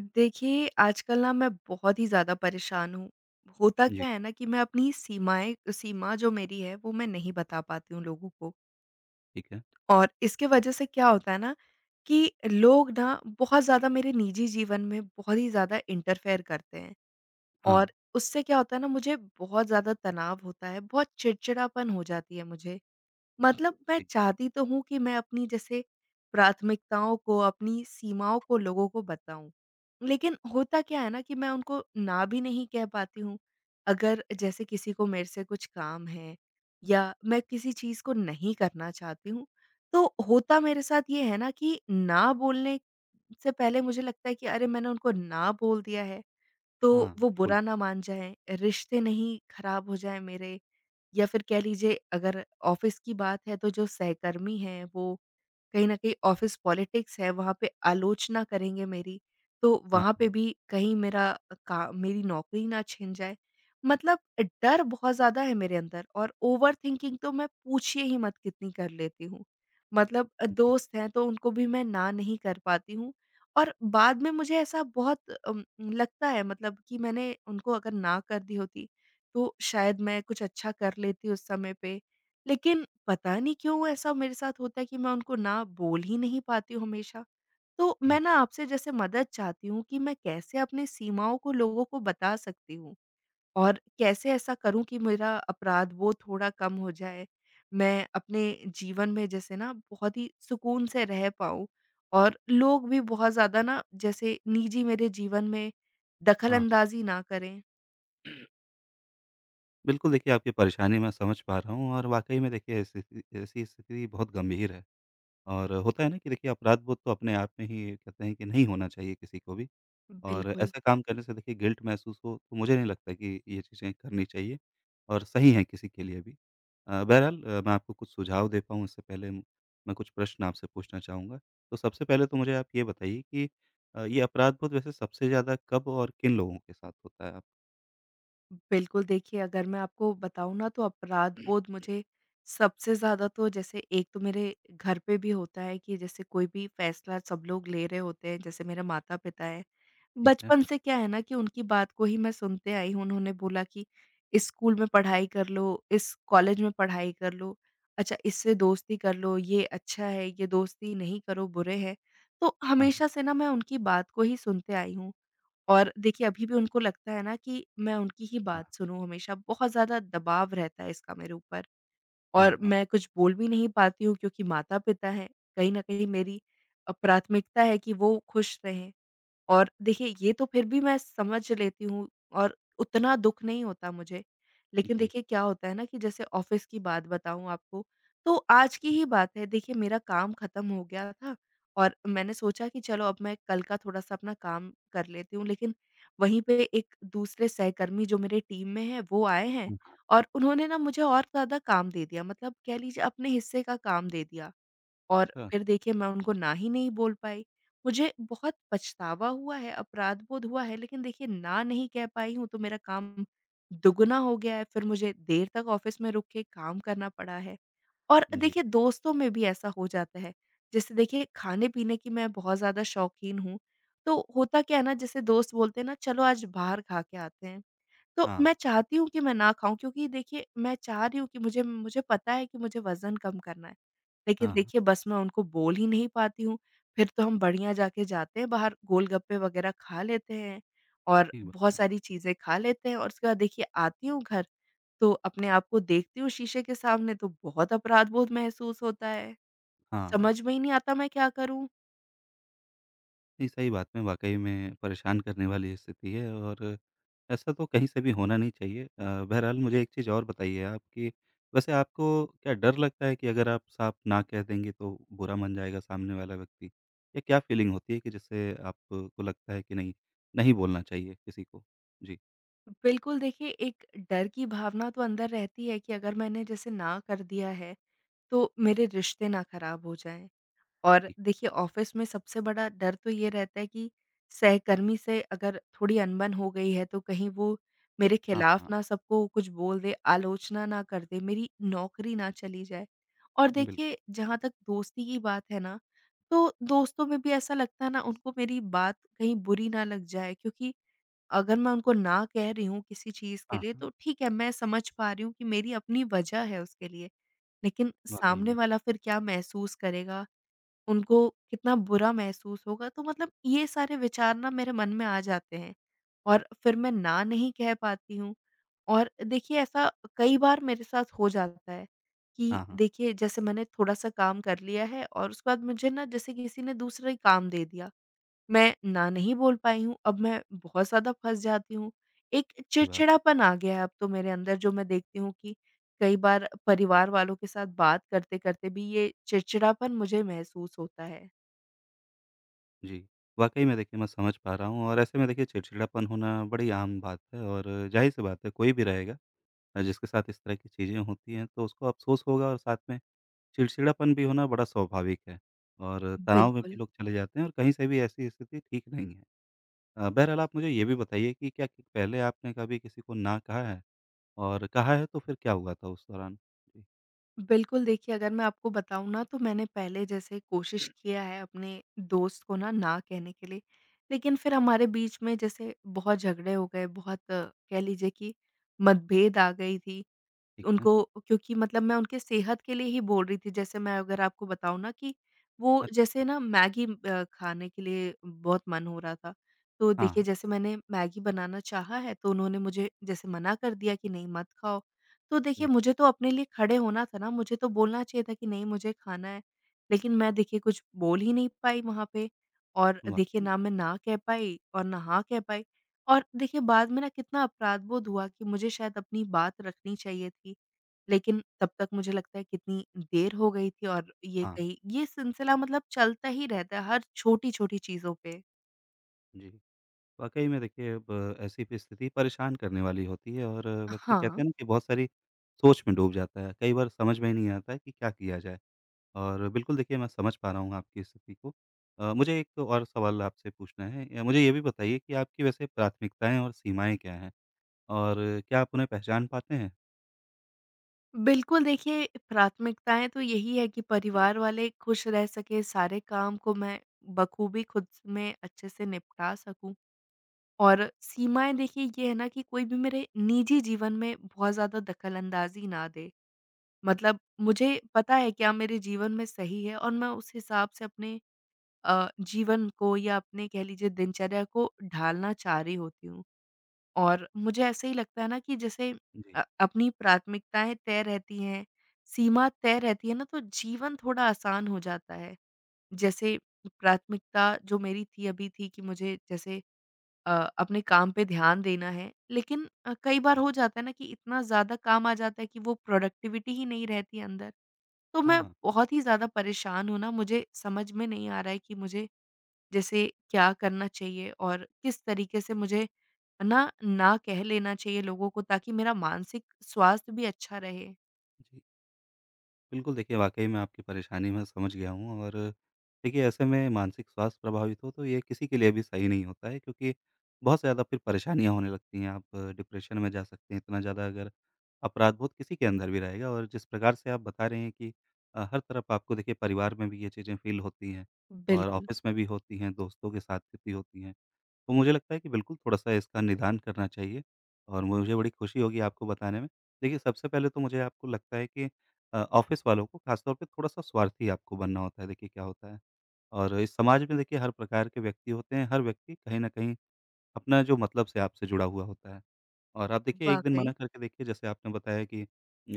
देखिए, आजकल ना मैं बहुत ही ज़्यादा परेशान हूँ। होता जी, क्या है ना कि मैं अपनी सीमा जो मेरी है वो मैं नहीं बता पाती हूँ लोगों को। ठीक है। और इसके वजह से क्या होता है ना कि लोग ना बहुत ज़्यादा मेरे निजी जीवन में बहुत ही ज़्यादा इंटरफेयर करते हैं। हाँ, और उससे क्या होता है ना मुझे बहुत ज़्यादा तनाव होता है, बहुत चिड़चिड़ापन हो जाती है मुझे। मतलब मैं जी। चाहती तो हूँ कि मैं अपनी जैसे प्राथमिकताओं को, अपनी सीमाओं को लोगों को बताऊँ। लेकिन होता क्या है ना कि मैं उनको ना भी नहीं कह पाती हूँ। अगर जैसे किसी को मेरे से कुछ काम है या मैं किसी चीज़ को नहीं करना चाहती हूँ, तो होता मेरे साथ ये है ना कि ना बोलने से पहले मुझे लगता है कि अरे मैंने उनको ना बोल दिया है, हाँ, तो वो बिल्कुल। बुरा ना मान जाएँ, रिश्ते नहीं खराब हो जाएँ मेरे। या फिर कह लीजिए अगर ऑफिस की बात है तो जो सहकर्मी हैं वो कहीं न कहीं ऑफिस पॉलिटिक्स है वहाँ पे आलोचना करेंगे मेरी, तो हाँ, वहाँ पे हाँ। भी कहीं मेरा का मेरी नौकरी ना छिन जाए। मतलब डर बहुत ज़्यादा है मेरे अंदर और ओवरथिंकिंग तो मैं पूछिए ही मत कितनी कर लेती हूँ। मतलब जी, दोस्त हैं तो उनको भी मैं ना नहीं कर पाती हूँ और बाद में मुझे ऐसा बहुत लगता है मतलब कि मैंने उनको अगर ना कर दी होती तो शायद मैं कुछ अच्छा कर लेती उस समय पे। लेकिन पता नहीं क्यों ऐसा मेरे साथ होता है कि मैं उनको ना बोल ही नहीं पाती हूँ हमेशा। तो मैं ना जी। आपसे जैसे मदद चाहती हूँ कि मैं कैसे अपनी सीमाओं को लोगों को बता सकती हूँ? और कैसे ऐसा करूँ कि मेरा अपराधबोध थोड़ा कम हो जाए? मैं अपने जीवन में जैसे ना बहुत ही सुकून से रह पाऊँ और लोग भी बहुत ज़्यादा ना जैसे निजी मेरे जीवन में दखल हाँ, अंदाज़ी ना करें। बिल्कुल देखिए, आपकी परेशानी मैं समझ पा रहा हूँ और वाक़ई में देखिए ऐसी स्थिति बहुत गंभीर है। और होता है ना कि देखिए, अपराध बोध तो अपने आप में ही कहते हैं कि नहीं होना चाहिए किसी को भी। और बिल्कुल। ऐसा काम करने से देखिए गिल्ट महसूस हो, तो मुझे नहीं लगता कि ये चीज़ें करनी चाहिए और सही हैं किसी के लिए भी। बहरहाल, मैं आपको कुछ सुझाव दे पाऊँ इससे पहले मैं कुछ प्रश्न आपसे पूछना चाहूँगा। तो सबसे पहले तो मुझे आप ये बताइए कि ये अपराध-बोध वैसे सबसे ज़्यादा कब और किन लोगों के साथ होता है आप? बिल्कुल, देखिए अगर मैं आपको बताऊँ ना तो अपराध बोध मुझे सबसे ज़्यादा तो जैसे एक तो मेरे घर पे भी होता है कि जैसे कोई भी फैसला सब लोग ले रहे होते हैं, जैसे मेरे माता-पिता हैं। ठीक है। बचपन से क्या है ना कि उनकी बात को ही मैं सुनते आई हूँ, उन्होंने बोला कि इस स्कूल में पढ़ाई कर लो, इस कॉलेज में पढ़ाई कर लो, अच्छा इससे दोस्ती कर लो, ये अच्छा है, ये दोस्ती नहीं करो बुरे हैं। तो हाँ, हाँ। हमेशा से ना मैं उनकी बात को ही सुनते आई हूँ। और देखिए अभी भी उनको लगता है ना कि मैं उनकी ही हाँ, बात सुनूँ हमेशा, बहुत ज़्यादा दबाव रहता है इसका मेरे ऊपर और हाँ। हाँ। मैं कुछ बोल भी नहीं पाती हूँ क्योंकि माता-पिता हैं, कहीं न कहीं मेरी प्राथमिकता है कि वो खुश रहें। और देखिए ये तो फिर भी मैं समझ लेती हूँ और उतना दुःख नहीं होता मुझे। लेकिन जी। देखिए क्या होता है ना कि जैसे ऑफ़िस की बात बताऊँ आपको, तो आज की ही बात है देखिए मेरा काम ख़त्म हो गया था और मैंने सोचा कि चलो अब मैं कल का थोड़ा-सा अपना काम कर लेती हूँ। लेकिन वहीं पे एक दूसरे सहकर्मी जो मेरे टीम में हैं वो आए हैं और उन्होंने ना मुझे और ज़्यादा काम दे दिया, मतलब कह लीजिए अपने हिस्से का काम दे दिया। और अच्छा। फिर देखिए मैं उनको ना ही नहीं बोल पाई। मुझे बहुत पछतावा हुआ है, अपराध बोध हुआ है, लेकिन देखिए ना नहीं कह पाई हूँ तो मेरा काम दुगुना हो गया है, फिर मुझे देर तक ऑफ़िस में रुक के काम करना पड़ा है। और जी। देखिए दोस्तों में भी ऐसा हो जाता है, जैसे देखिए खाने-पीने की मैं बहुत ज़्यादा शौकीन हूँ, तो होता क्या है ना जैसे दोस्त बोलते हैं ना चलो आज बाहर खा के आते हैं। तो हाँ, मैं चाहती हूँ कि मैं ना खाऊँ, क्योंकि देखिए मैं चाह रही हूँ कि मुझे मुझे पता है कि मुझे वज़न कम करना है। हाँ। लेकिन हाँ, देखिए बस मैं उनको बोल ही नहीं पाती हूँ। फिर तो हम बढ़िया जाके जाते हैं बाहर, गोलगप्पे वग़ैरह खा लेते हैं और ठीक बात बहुत है। सारी चीज़ें खा लेते हैं और उसके बाद देखिए आती हूँ घर, तो अपने आप को देखती हूँ शीशे के सामने तो बहुत अपराध-बोध महसूस होता है। हाँ। समझ में ही नहीं आता मैं क्या करूँ? जी, सही बात, में वाक़ई में परेशान करने वाली स्थिति है और ऐसा तो कहीं से भी होना नहीं चाहिए। बहरहाल, मुझे एक चीज़ और बताइए आप कि वैसे आपको क्या डर लगता है कि अगर आप साफ ना कह देंगे तो बुरा मान जाएगा सामने वाला व्यक्ति? या क्या फ़ीलिंग होती है, कि जिससे आपको लगता है कि नहीं, नहीं बोलना चाहिए किसी को? जी, बिल्कुल देखिए एक डर की भावना तो अंदर रहती है कि अगर मैंने जैसे ना कर दिया है तो मेरे रिश्ते ना खराब हो जाएँ। और ठीक। देखिए ऑफ़िस में सबसे बड़ा डर तो ये रहता है कि सहकर्मी से अगर थोड़ी अनबन हो गई है तो कहीं वो मेरे हाँ, खिलाफ़ हाँ, ना सबको कुछ बोल दे, आलोचना ना कर दे, मेरी नौकरी ना चली जाए। और बिल्कुल। देखिए जहाँ तक दोस्ती की बात है ना, तो दोस्तों में भी ऐसा लगता है ना उनको मेरी बात कहीं बुरी ना लग जाए, क्योंकि अगर मैं उनको ना कह रही हूँ किसी चीज़ के हाँ, लिए हाँ, तो ठीक है, मैं समझ पा रही हूँ कि मेरी अपनी वजह है उसके लिए। लेकिन वाक़ई सामने में। वाला फिर क्या महसूस करेगा, उनको कितना बुरा महसूस होगा, तो मतलब ये सारे विचार ना मेरे मन में आ जाते हैं और फिर मैं ना नहीं कह पाती हूँ। और देखिए ऐसा कई बार मेरे साथ हो जाता है कि हाँ, हाँ, देखिए जैसे मैंने थोड़ा-सा काम कर लिया है और उसके बाद मुझे ना जैसे किसी ने दूसरा ही काम दे दिया। मैं ना नहीं बोल पाई हूँ, अब मैं बहुत ज़्यादा फँस जाती हूँ। एक सही बात। चिड़चिड़ापन आ गया है अब तो मेरे अंदर, जो मैं देखती हूँ कि कई बार परिवार वालों के साथ बात करते-करते भी ये चिड़चिड़ापन मुझे महसूस होता है। जी, वाक़ई में देखिए मैं समझ पा रहा हूँ, और ऐसे में देखिए चिड़चिड़ापन होना बड़ी आम बात है और ज़ाहिर-सी बात है, कोई भी रहेगा। जिसके साथ इस तरह की चीज़ें होती हैं, तो उसको अफ़सोस होगा और साथ में चिड़चिड़ापन भी होना बड़ा स्वाभाविक है, और तनाव में भी बिल्कुल। लोग चले जाते हैं, और कहीं से भी ऐसी स्थिति ठीक नहीं है। बहरहाल आप मुझे ये भी बताइए कि क्या, कि पहले आपने कभी किसी को ना कहा है? और कहा है तो फिर क्या हुआ था उस दौरान? जी, बिल्कुल, देखिए अगर मैं आपको बताऊँ ना तो मैंने पहले जैसे कोशिश किया है अपने दोस्त को ना, ना कहने के लिए, लेकिन फिर हमारे बीच में जैसे बहुत झगड़े हो गए, बहुत कह लीजिए कि मतभेद आ गई थी। ठीक है। उनको क्योंकि मतलब मैं उनके सेहत के लिए ही बोल रही थी, जैसे मैं अगर आपको बताऊँ ना कि वो अच्छा। जैसे ना मैगी खाने के लिए बहुत मन हो रहा था। तो हाँ, देखिए जैसे मैंने मैगी बनाना चाहा है तो उन्होंने मुझे जैसे मना कर दिया कि नहीं मत खाओ। तो देखिए जी, मुझे तो अपने लिए खड़े होना था ना, मुझे तो बोलना चाहिए था कि नहीं मुझे खाना है। लेकिन मैं देखिए कुछ बोल ही नहीं पाई वहाँ पे और देखिए वाक़ई में। ना मैं ना कह पाई और ना हाँ कह पाई। और देखिए बाद में ना कितना अपराध बोध हुआ कि मुझे शायद अपनी बात रखनी चाहिए थी। लेकिन तब तक मुझे लगता है कितनी देर हो गई थी और ये हाँ, कही ये सिलसिला मतलब चलता ही रहता है हर छोटी-छोटी चीज़ों पे। जी। वाक़ई में देखिए, अब ऐसी भी स्थिति परेशान करने वाली होती है और व्यक्ति कहते हाँ, हैं ना कि बहुत सारी सोच में डूब जाता है। कई बार समझ में ही नहीं आता है कि क्या किया जाए। और बिल्कुल देखिए, मैं समझ पा रहा हूँ आपकी स्थिति को। मुझे एक और सवाल आपसे पूछना है, या मुझे ये भी बताइए कि आपकी वैसे प्राथमिकताएँ और सीमाएँ क्या हैं? और क्या आप उन्हें पहचान पाते हैं? बिल्कुल देखिए प्राथमिकताएँ तो यही है कि परिवार वाले खुश रह सकें, सारे काम को मैं बखूबी खुद में अच्छे से निपटा सकूँ और सीमाएँ देखिए ये है ना कि कोई भी मेरे निजी जीवन में बहुत ज़्यादा दखल-अंदाज़ी ना दे। मतलब मुझे पता है क्या मेरे जीवन में सही है और मैं उस हिसाब से अपने जीवन को या अपने कह लीजिए दिनचर्या को ढालना चाह रही होती हूँ। और मुझे ऐसे ही लगता है ना कि जैसे जी, अपनी प्राथमिकताएँ तय रहती हैं, सीमा तय रहती है ना तो जीवन थोड़ा आसान हो जाता है। जैसे प्राथमिकता जो मेरी थी अभी थी कि मुझे जैसे अ, अपने काम पे ध्यान देना है, लेकिन कई बार जी। हो जाता है ना कि इतना ज़्यादा काम आ जाता है कि वो प्रोडक्टिविटी ही नहीं रहती अंदर। तो मैं हाँ, बहुत ही ज़्यादा परेशान हूँ ना, मुझे समझ में नहीं आ रहा है कि मुझे जैसे क्या करना चाहिए और किस तरीके से मुझे ना, ना कह लेना चाहिए लोगों को ताकि मेरा मानसिक स्वास्थ्य भी अच्छा रहे? जी। बिल्कुल देखिए, वाक़ई में आपकी परेशानी मैं समझ गया हूँ, और देखिए ऐसे में मानसिक स्वास्थ्य प्रभावित हो तो ये किसी के लिए भी सही नहीं होता है, क्योंकि बहुत ज़्यादा फिर परेशानियाँ होने लगती हैं। आप डिप्रेशन में जा सकते हैं, इतना ज़्यादा अगर अपराधबोध किसी के अंदर भी रहेगा, और जिस प्रकार से आप बता रहे हैं कि हर तरफ आपको देखिए परिवार में भी ये चीज़ें फ़ील होती हैं, और बिल्कुल। ऑफ़िस में भी होती हैं, दोस्तों के साथ भी होती हैं। तो मुझे लगता है कि बिल्कुल थोड़ा-सा इसका निदान करना चाहिए, और मुझे बड़ी खुशी होगी आपको बताने में। देखिए, सबसे पहले तो मुझे आपको लगता है कि ऑफ़िस वालों को ख़ास तौर पे थोड़ा-सा स्वार्थी आपको बनना होता है, देखिए क्या होता है। और इस समाज में देखिए हर प्रकार के व्यक्ति होते हैं, हर व्यक्ति कहीं न कहीं अपना जो मतलब से आपसे जुड़ा हुआ होता है। और आप देखिए, 1 दिन मना वाक़ई। करके देखिए, जैसे आपने बताया कि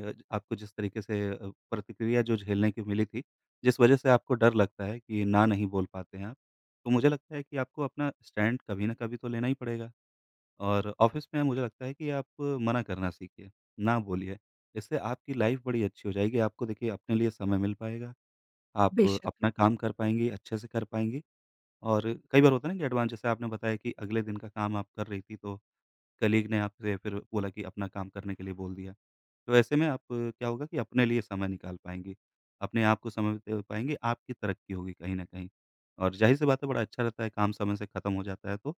आपको जिस तरीके से प्रतिक्रिया जो झेलने की मिली थी, जिस वजह से आपको डर लगता है कि ना नहीं बोल पाते हैं आप, तो मुझे लगता है कि आपको अपना स्टैंड कभी न कभी तो लेना ही पड़ेगा, और ऑफ़िस में मुझे लगता है कि आप मना करना सीखिए, ना बोलिए। इससे आपकी लाइफ़ बड़ी अच्छी हो जाएगी, आपको देखिए अपने लिए समय मिल पाएगा, आप बेशक, अपना काम कर पाएँगी, अच्छे से कर पाएँगी। और कई बार होता है ना कि एडवांस, जैसे आपने बताया कि अगले दिन का काम आप कर रही थी, तो कलीग ने आपसे फिर बोला कि अपना काम करने के लिए बोल दिया। तो ऐसे में आप, क्या होगा कि अपने लिए समय निकाल पाएँगी, अपने आप को समय दे पाएँगी, आपकी तरक्की होगी कहीं न कहीं। और ज़ाहिर-सी बात है, बड़ा अच्छा रहता है काम समय से ख़त्म हो जाता है तो।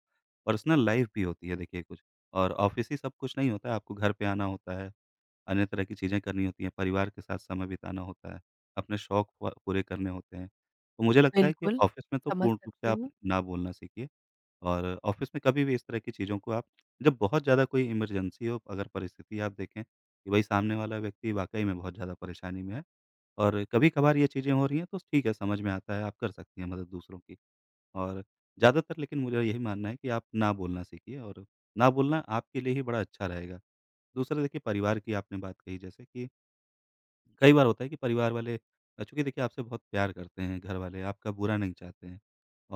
पर्सनल लाइफ़ भी होती है देखिए कुछ, और ऑफ़िस ही सब कुछ नहीं होता है, आपको घर पे आना होता है, अन्य तरह की चीज़ें करनी होती हैं, परिवार के साथ समय बिताना होता है, अपने शौक प पूरे करने होते हैं। तो मुझे लगता है कि बिल्कुल, ऑफ़िस में तो समझ पूर्ण रूप से सकती आप हूँ। ना बोलना सीखिए। और ऑफ़िस में कभी भी इस तरह की चीज़ों को आप, जब बहुत ज़्यादा कोई इमरजेंसी हो, अगर परिस्थिति आप देखें कि भई सामने वाला व्यक्ति वाक़ई में बहुत ज़्यादा परेशानी में है और कभी-कभार ये चीज़ें हो रही हैं तो ठीक है, समझ में आता है, आप कर सकती हैं मदद दूसरों की। और ज़्यादातर लेकिन मुझे यही मानना है कि आप ना बोलना सीखिए, और ना बोलना आपके लिए ही बड़ा अच्छा रहेगा। दूसरा देखिए, परिवार की आपने बात कही, जैसे कि कई बार होता है कि परिवार वाले चूँकि देखिए आपसे बहुत प्यार करते हैं घर वाले, आपका बुरा नहीं चाहते हैं,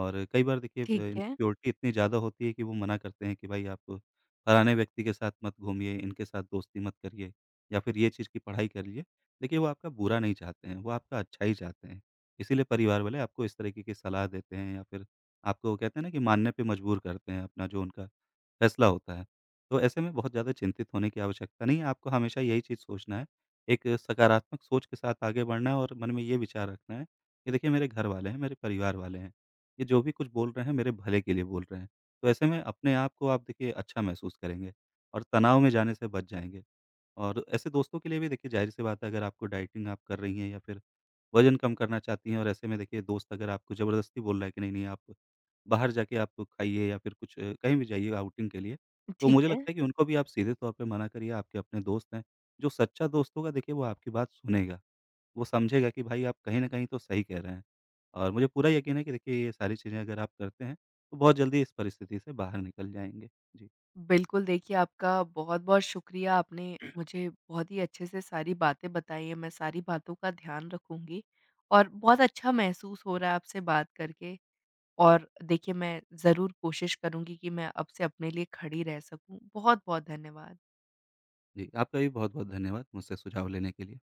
और कई बार देखिए ठीक है, इनसिक्योरिटी इतनी ज़्यादा होती है कि वो मना करते हैं कि भाई आप फलाने व्यक्ति के साथ मत घूमिए, इनके साथ दोस्ती मत करिए, या फिर ये चीज़ की पढ़ाई करिए। देखिए, वो आपका बुरा नहीं चाहते हैं, वो आपका अच्छा ही चाहते हैं। इसीलिए परिवार वाले आपको इस तरीके की सलाह देते हैं, या फिर आपको वो कहते हैं ना कि मानने पे मजबूर करते हैं अपना जो उनका फैसला होता है। तो ऐसे में बहुत ज़्यादा चिंतित होने की आवश्यकता नहीं है, आपको हमेशा यही चीज़ सोचना है, एक सकारात्मक सोच के साथ आगे बढ़ना है, और मन में ये विचार रखना है कि देखिए मेरे घर वाले हैं, मेरे परिवार वाले हैं, ये जो भी कुछ बोल रहे हैं मेरे भले के लिए बोल रहे हैं। तो ऐसे में अपने आप को आप देखिए अच्छा महसूस करेंगे, और तनाव में जाने से बच जाएँगे। और ऐसे दोस्तों के लिए भी देखिए, ज़ाहिर-सी बात है, अगर आपको डाइटिंग आप कर रही हैं या फिर वज़न कम करना चाहती हैं, और ऐसे में देखिए दोस्त अगर आपको ज़बरदस्ती बोल रहा है कि नहीं, नहीं आप बाहर जाके आप खाइए, या फिर कुछ कहीं भी जाइए आउटिंग के लिए, तो ठीक मुझे है। लगता है कि उनको भी आप सीधे तौर पे मना करिए, आपके अपने दोस्त हैं। जो सच्चा दोस्त होगा देखिए, वो आपकी बात सुनेगा, वो समझेगा कि भाई आप कहीं न कहीं तो सही कह रहे हैं। और मुझे पूरा यकीन है कि देखिए ये सारी चीज़ें अगर आप करते हैं, तो बहुत जल्दी इस परिस्थिति से बाहर निकल जाएँगे। जी। बिल्कुल, देखिए आपका बहुत-बहुत शुक्रिया, आपने मुझे बहुत ही अच्छे से सारी बातें बताई हैं, मैं सारी बातों का ध्यान रखूँगी और बहुत अच्छा महसूस हो रहा है आपसे बात करके। और देखिए मैं ज़रूर कोशिश करूँगी कि मैं अब से अपने लिए खड़ी रह सकूँ। बहुत-बहुत धन्यवाद। जी, आपका भी बहुत-बहुत धन्यवाद मुझसे सुझाव लेने के लिए।